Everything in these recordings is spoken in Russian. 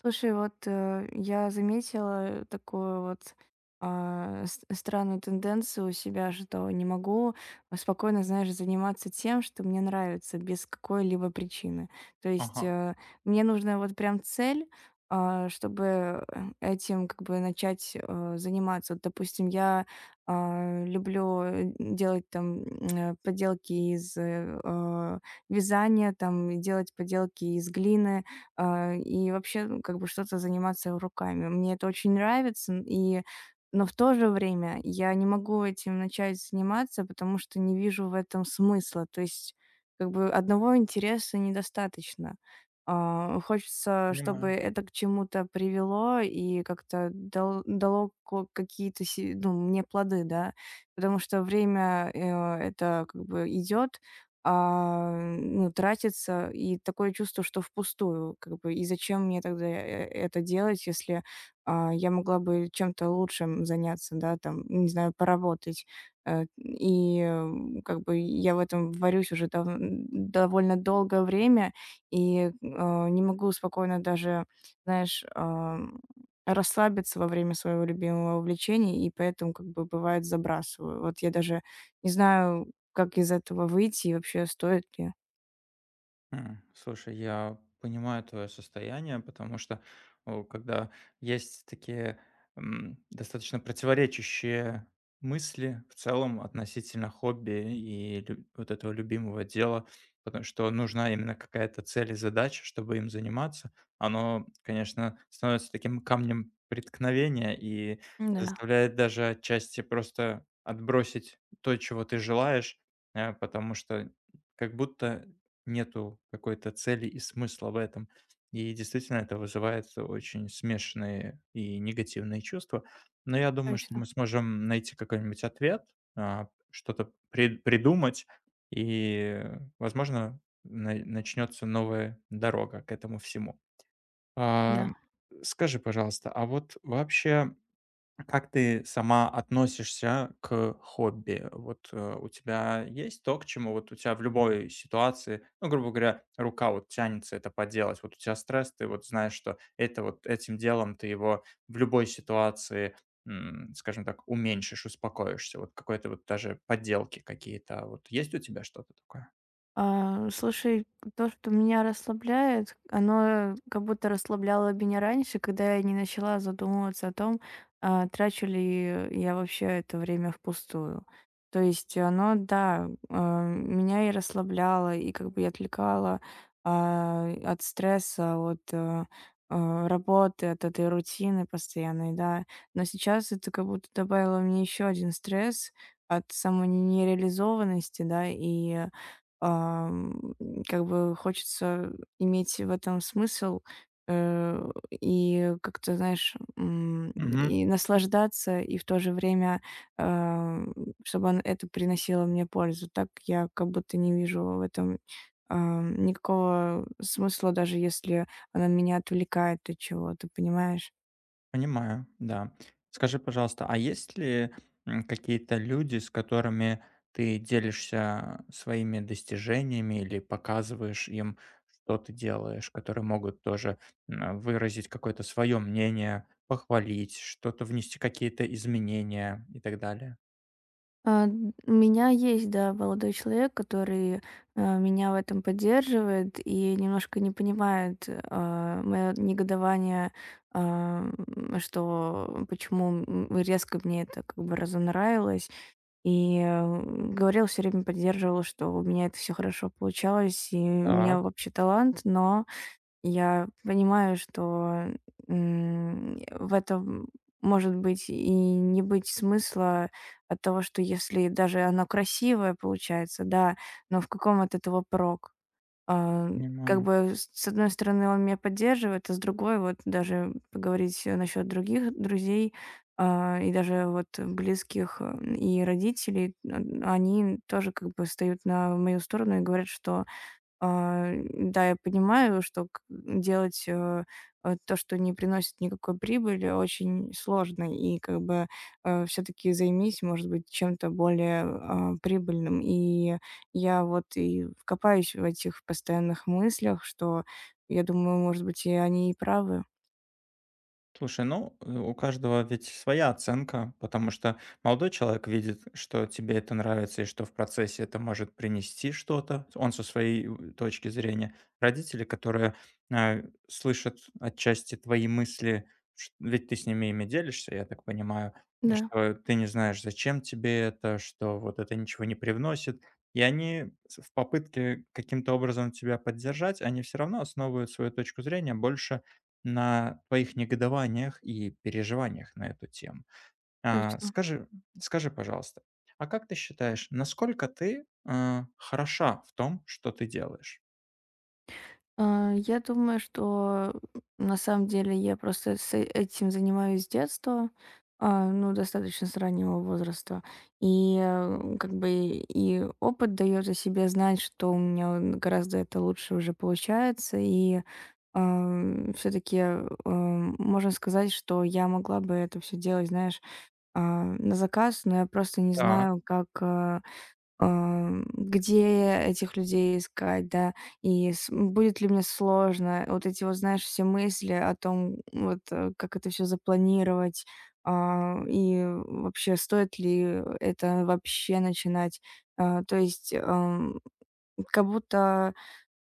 Слушай, я заметила такую странную тенденцию у себя, что не могу спокойно, знаешь, заниматься тем, что мне нравится, без какой-либо причины. То есть Ага, э, мне нужна вот прям цель, чтобы этим как бы начать заниматься. Вот, допустим, я люблю делать там поделки из вязания, там делать поделки из глины, и вообще, ну, как бы что-то заниматься руками. Мне это очень нравится, и но в то же время я не могу этим начать заниматься, потому что не вижу в этом смысла. То есть, как бы одного интереса недостаточно. Хочется, чтобы понимаю. это к чему-то привело и как-то дало какие-то ну, мне плоды, да. Потому что время это как бы идет, а, ну, тратится, и такое чувство, что впустую, как бы, и зачем мне тогда это делать, если, я могла бы чем-то лучшим заняться, да, там, не знаю, поработать. И как бы, я в этом варюсь уже дав довольно долгое время и не могу спокойно даже, знаешь, расслабиться во время своего любимого увлечения, и поэтому, как бы, бывает, забрасываю. Вот я даже не знаю, как из этого выйти и вообще стоит ли? Слушай, я понимаю твое состояние, потому что когда есть такие достаточно противоречащие мысли в целом относительно хобби и вот этого любимого дела, потому что нужна именно какая-то цель и задача, чтобы им заниматься, оно, конечно, становится таким камнем преткновения и Да. заставляет даже отчасти просто отбросить то, чего ты желаешь, потому что как будто нету какой-то цели и смысла в этом. И действительно, это вызывает очень смешанные и негативные чувства. Но я думаю, что Точно. мы сможем найти какой-нибудь ответ, что-то придумать, и, возможно, начнется новая дорога к этому всему. А, Да. Скажи, пожалуйста, а вот вообще как ты сама относишься к хобби? Вот у тебя есть то, к чему вот у тебя в любой ситуации, ну, грубо говоря, рука вот тянется это поделать. Вот у тебя стресс, ты вот знаешь, что это вот этим делом ты его в любой ситуации, скажем так, уменьшишь, успокоишься. Вот какой-то вот даже подделки какие-то. Вот есть у тебя что-то такое? Слушай, то, что меня расслабляет, оно как будто расслабляло меня раньше, когда я не начала задумываться о том, трачу ли я вообще это время впустую. То есть оно, да, меня и расслабляло, и как бы и отвлекало от стресса, от работы, от этой рутины постоянной, да. Но сейчас это как будто добавило мне еще один стресс от самой нереализованности, да, и Ам, как бы хочется иметь в этом смысл, и как-то, знаешь, и наслаждаться, и в то же время, ам, чтобы он это приносило мне пользу. Так я как будто не вижу в этом, никакого смысла, даже если она меня отвлекает от чего-то, понимаешь? Понимаю, да. Скажи, пожалуйста, а есть ли, какие-то люди, с которыми ты делишься своими достижениями или показываешь им, что ты делаешь, которые могут тоже, выразить какое-то свое мнение, похвалить, что-то внести, какие-то изменения и так далее? У меня есть, да, молодой человек, который меня в этом поддерживает и немножко не понимает мое негодование, что почему резко мне это как бы разонравилось. И говорил все время, поддерживал, что у меня это все хорошо получалось, и у меня Так, вообще талант, но я понимаю, что, в этом может быть и не быть смысла от того, что если даже оно красивое получается, да, но в каком от этого прок? А, как понимаю. бы с одной стороны он меня поддерживает, а с другой вот даже поговорить насчет других друзей, и даже вот близких, и родителей, н они тоже как бы встают на мою сторону и говорят, что да, я понимаю, что к делать, то, что не приносит никакой прибыли, очень сложно. И как бы, все таки займись, может быть, чем-то более, прибыльным. И я вот и копаюсь в этих постоянных мыслях, что я думаю, может быть, и они и правы. Слушай, ну, у каждого ведь своя оценка, потому что молодой человек видит, что тебе это нравится и что в процессе это может принести что-то. Он со своей точки зрения. Родители, которые а, слышат отчасти твои мысли, ведь ты с ними ими делишься, я так понимаю, Да, что ты не знаешь, зачем тебе это, что вот это ничего не привносит. И они в попытке каким-то образом тебя поддержать, они все равно основывают свою точку зрения больше на твоих негодованиях и переживаниях на эту тему. А, точно. скажи, скажи, пожалуйста, а как ты считаешь, насколько ты, хороша в том, что ты делаешь? Я думаю, что на самом деле я просто этим занимаюсь с детства, ну, достаточно с раннего возраста. И как бы, и опыт дает о себе знать, что у меня он гораздо это лучше уже получается. И, все таки можно сказать, что я могла бы это все делать, знаешь, на заказ, но я просто не знаю, как. Где этих людей искать, да, и с будет ли мне сложно. Вот эти вот, знаешь, все мысли о том, вот, как это все запланировать, и вообще стоит ли это вообще начинать. То есть, как будто,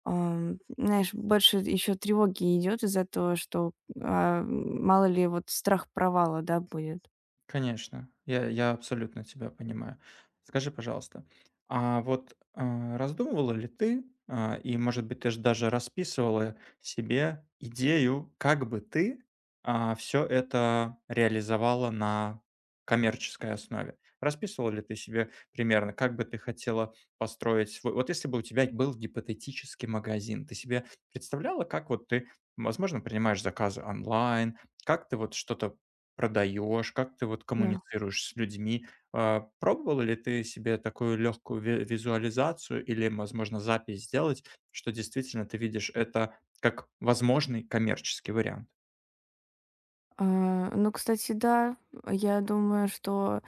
знаешь, больше еще тревоги идет из-за того, что, мало ли вот страх провала, да, будет. Конечно, я абсолютно тебя понимаю. Скажи, пожалуйста, а вот, раздумывала ли ты, и, может быть, ты ж даже расписывала себе идею, как бы ты, все это реализовала на коммерческой основе? Расписывала ли ты себе примерно, как бы ты хотела построить свой вот если бы у тебя был гипотетический магазин, ты себе представляла, как вот ты, возможно, принимаешь заказы онлайн, как ты вот что-то продаешь, как ты вот Да. коммуницируешь с людьми. Пробовала ли ты себе такую легкую визуализацию или, возможно, запись сделать, что действительно ты видишь это как возможный коммерческий вариант? Ну, кстати, да, я думаю, что,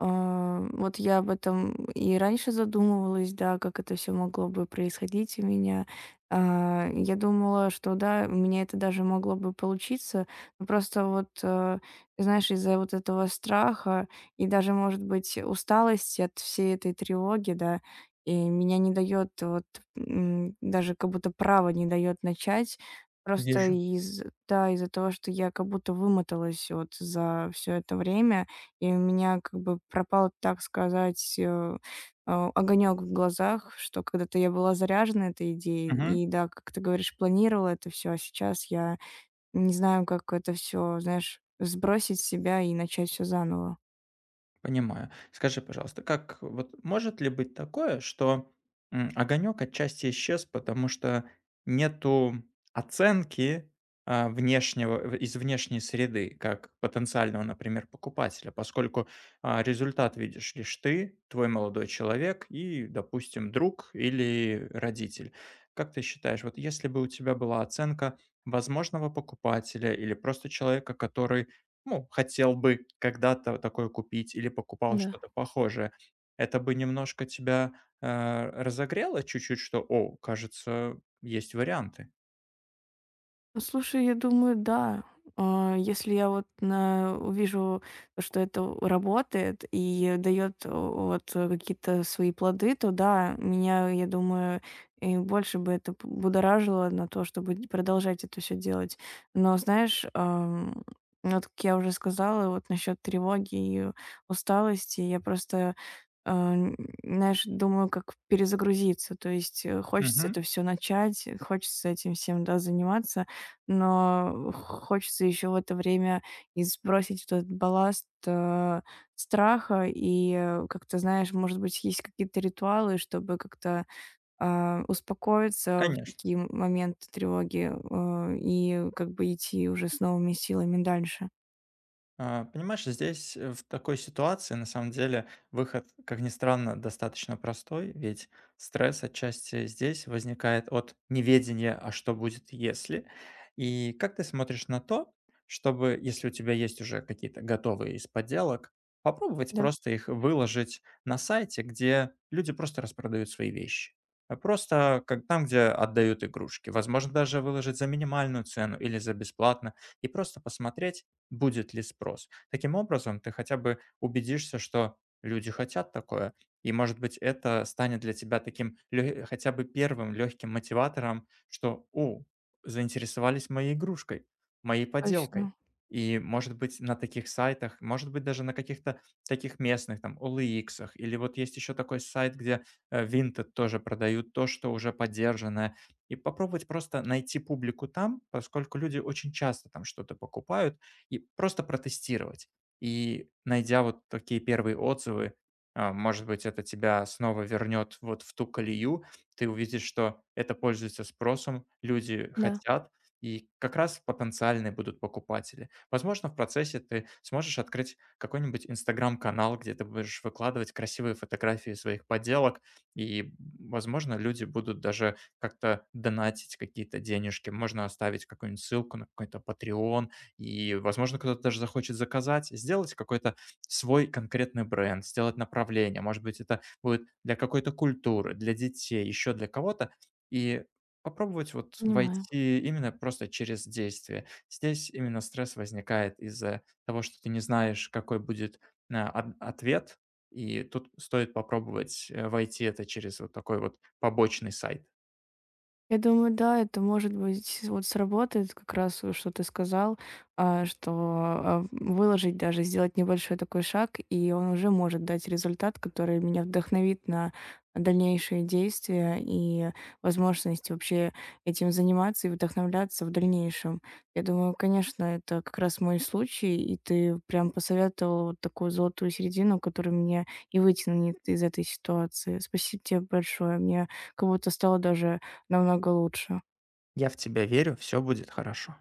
вот я об этом и раньше задумывалась, да, как это все могло бы происходить у меня. Я думала, что да, у меня это даже могло бы получиться. Но просто вот, знаешь, из-за вот этого страха и даже, может быть, усталости от всей этой тревоги, да, и меня не дает вот, даже как будто право не дает начать. Просто Вижу. из да, из-за того, что я как будто вымоталась вот за все это время, и у меня как бы пропал, так сказать, огонек в глазах, что когда-то я была заряжена этой идеей и, да, как ты говоришь, планировала это все, а сейчас я не знаю, как это все, знаешь, сбросить с себя и начать все заново. Понимаю. Скажи, пожалуйста, как вот может ли быть такое, что огонек отчасти исчез, потому что нету оценки внешнего из внешней среды, как потенциального, например, покупателя, поскольку результат видишь лишь ты, твой молодой человек и, допустим, друг или родитель. Как ты считаешь, вот если бы у тебя была оценка возможного покупателя или просто человека, который ну, хотел бы когда-то такое купить или покупал Да. что-то похожее. Это бы немножко тебя, разогрело чуть-чуть, что: "О, кажется, есть варианты". Ну, слушай, я думаю, да. Если я вот увижу то, что это работает и дает какие-то свои плоды, то да, меня, я думаю, и больше бы это будоражило на то, чтобы продолжать это все делать. Но знаешь, вот как я уже сказала, вот насчет тревоги и усталости, я просто э, н- знаешь, думаю, как перезагрузиться. То есть хочется это Мгм. все начать, хочется этим всем, да, заниматься, но хочется еще в это время и сбросить вот этот балласт, страха. И как-то, знаешь, может быть, есть какие-то ритуалы, чтобы как-то, успокоиться в Конечно. такие моменты тревоги, и как бы идти уже с новыми силами дальше. Понимаешь, здесь в такой ситуации на самом деле выход, как ни странно, достаточно простой, ведь стресс отчасти здесь возникает от неведения, а что будет если. И как ты смотришь на то, чтобы, если у тебя есть уже какие-то готовые из подделок, попробовать Да, просто их выложить на сайте, где люди просто распродают свои вещи. А просто как там, где отдают игрушки. Возможно, даже выложить за минимальную цену или за бесплатно и просто посмотреть, будет ли спрос. Таким образом, ты хотя бы убедишься, что люди хотят такое, и, может быть, это станет для тебя таким хотя бы первым легким мотиватором, что, о, заинтересовались моей игрушкой, моей поделкой. точно. И, может быть, на таких сайтах, может быть, даже на каких-то таких местных, там, OLX, или вот есть еще такой сайт, где Vinted тоже продают то, что уже поддержанное, и попробовать просто найти публику там, поскольку люди очень часто там что-то покупают, и просто протестировать. И найдя вот такие первые отзывы, может быть, это тебя снова вернет вот в ту колею. Ты увидишь, что это пользуется спросом, люди Да, хотят, и как раз потенциальные будут покупатели. Возможно, в процессе ты сможешь открыть какой-нибудь инстаграм-канал, где ты будешь выкладывать красивые фотографии своих поделок, и, возможно, люди будут даже как-то донатить какие-то денежки. Можно оставить какую-нибудь ссылку на какой-то Patreon и, возможно, кто-то даже захочет заказать, сделать какой-то свой конкретный бренд, сделать направление. Может быть, это будет для какой-то культуры, для детей, еще для кого-то. И попробовать вот понимаю. войти именно просто через действие. Здесь именно стресс возникает из-за того, что ты не знаешь, какой будет ответ. И тут стоит попробовать войти это через вот такой вот побочный сайт. Я думаю, да, это, может быть, вот сработает как раз, что ты сказал, что выложить даже, сделать небольшой такой шаг, и он уже может дать результат, который меня вдохновит на дальнейшие действия и возможность вообще этим заниматься и вдохновляться в дальнейшем. Я думаю, конечно, это как раз мой случай, и ты прям посоветовал вот такую золотую середину, которая меня и вытянет из этой ситуации. Спасибо тебе большое. Мне как будто стало даже намного лучше. Я в тебя верю, все будет хорошо.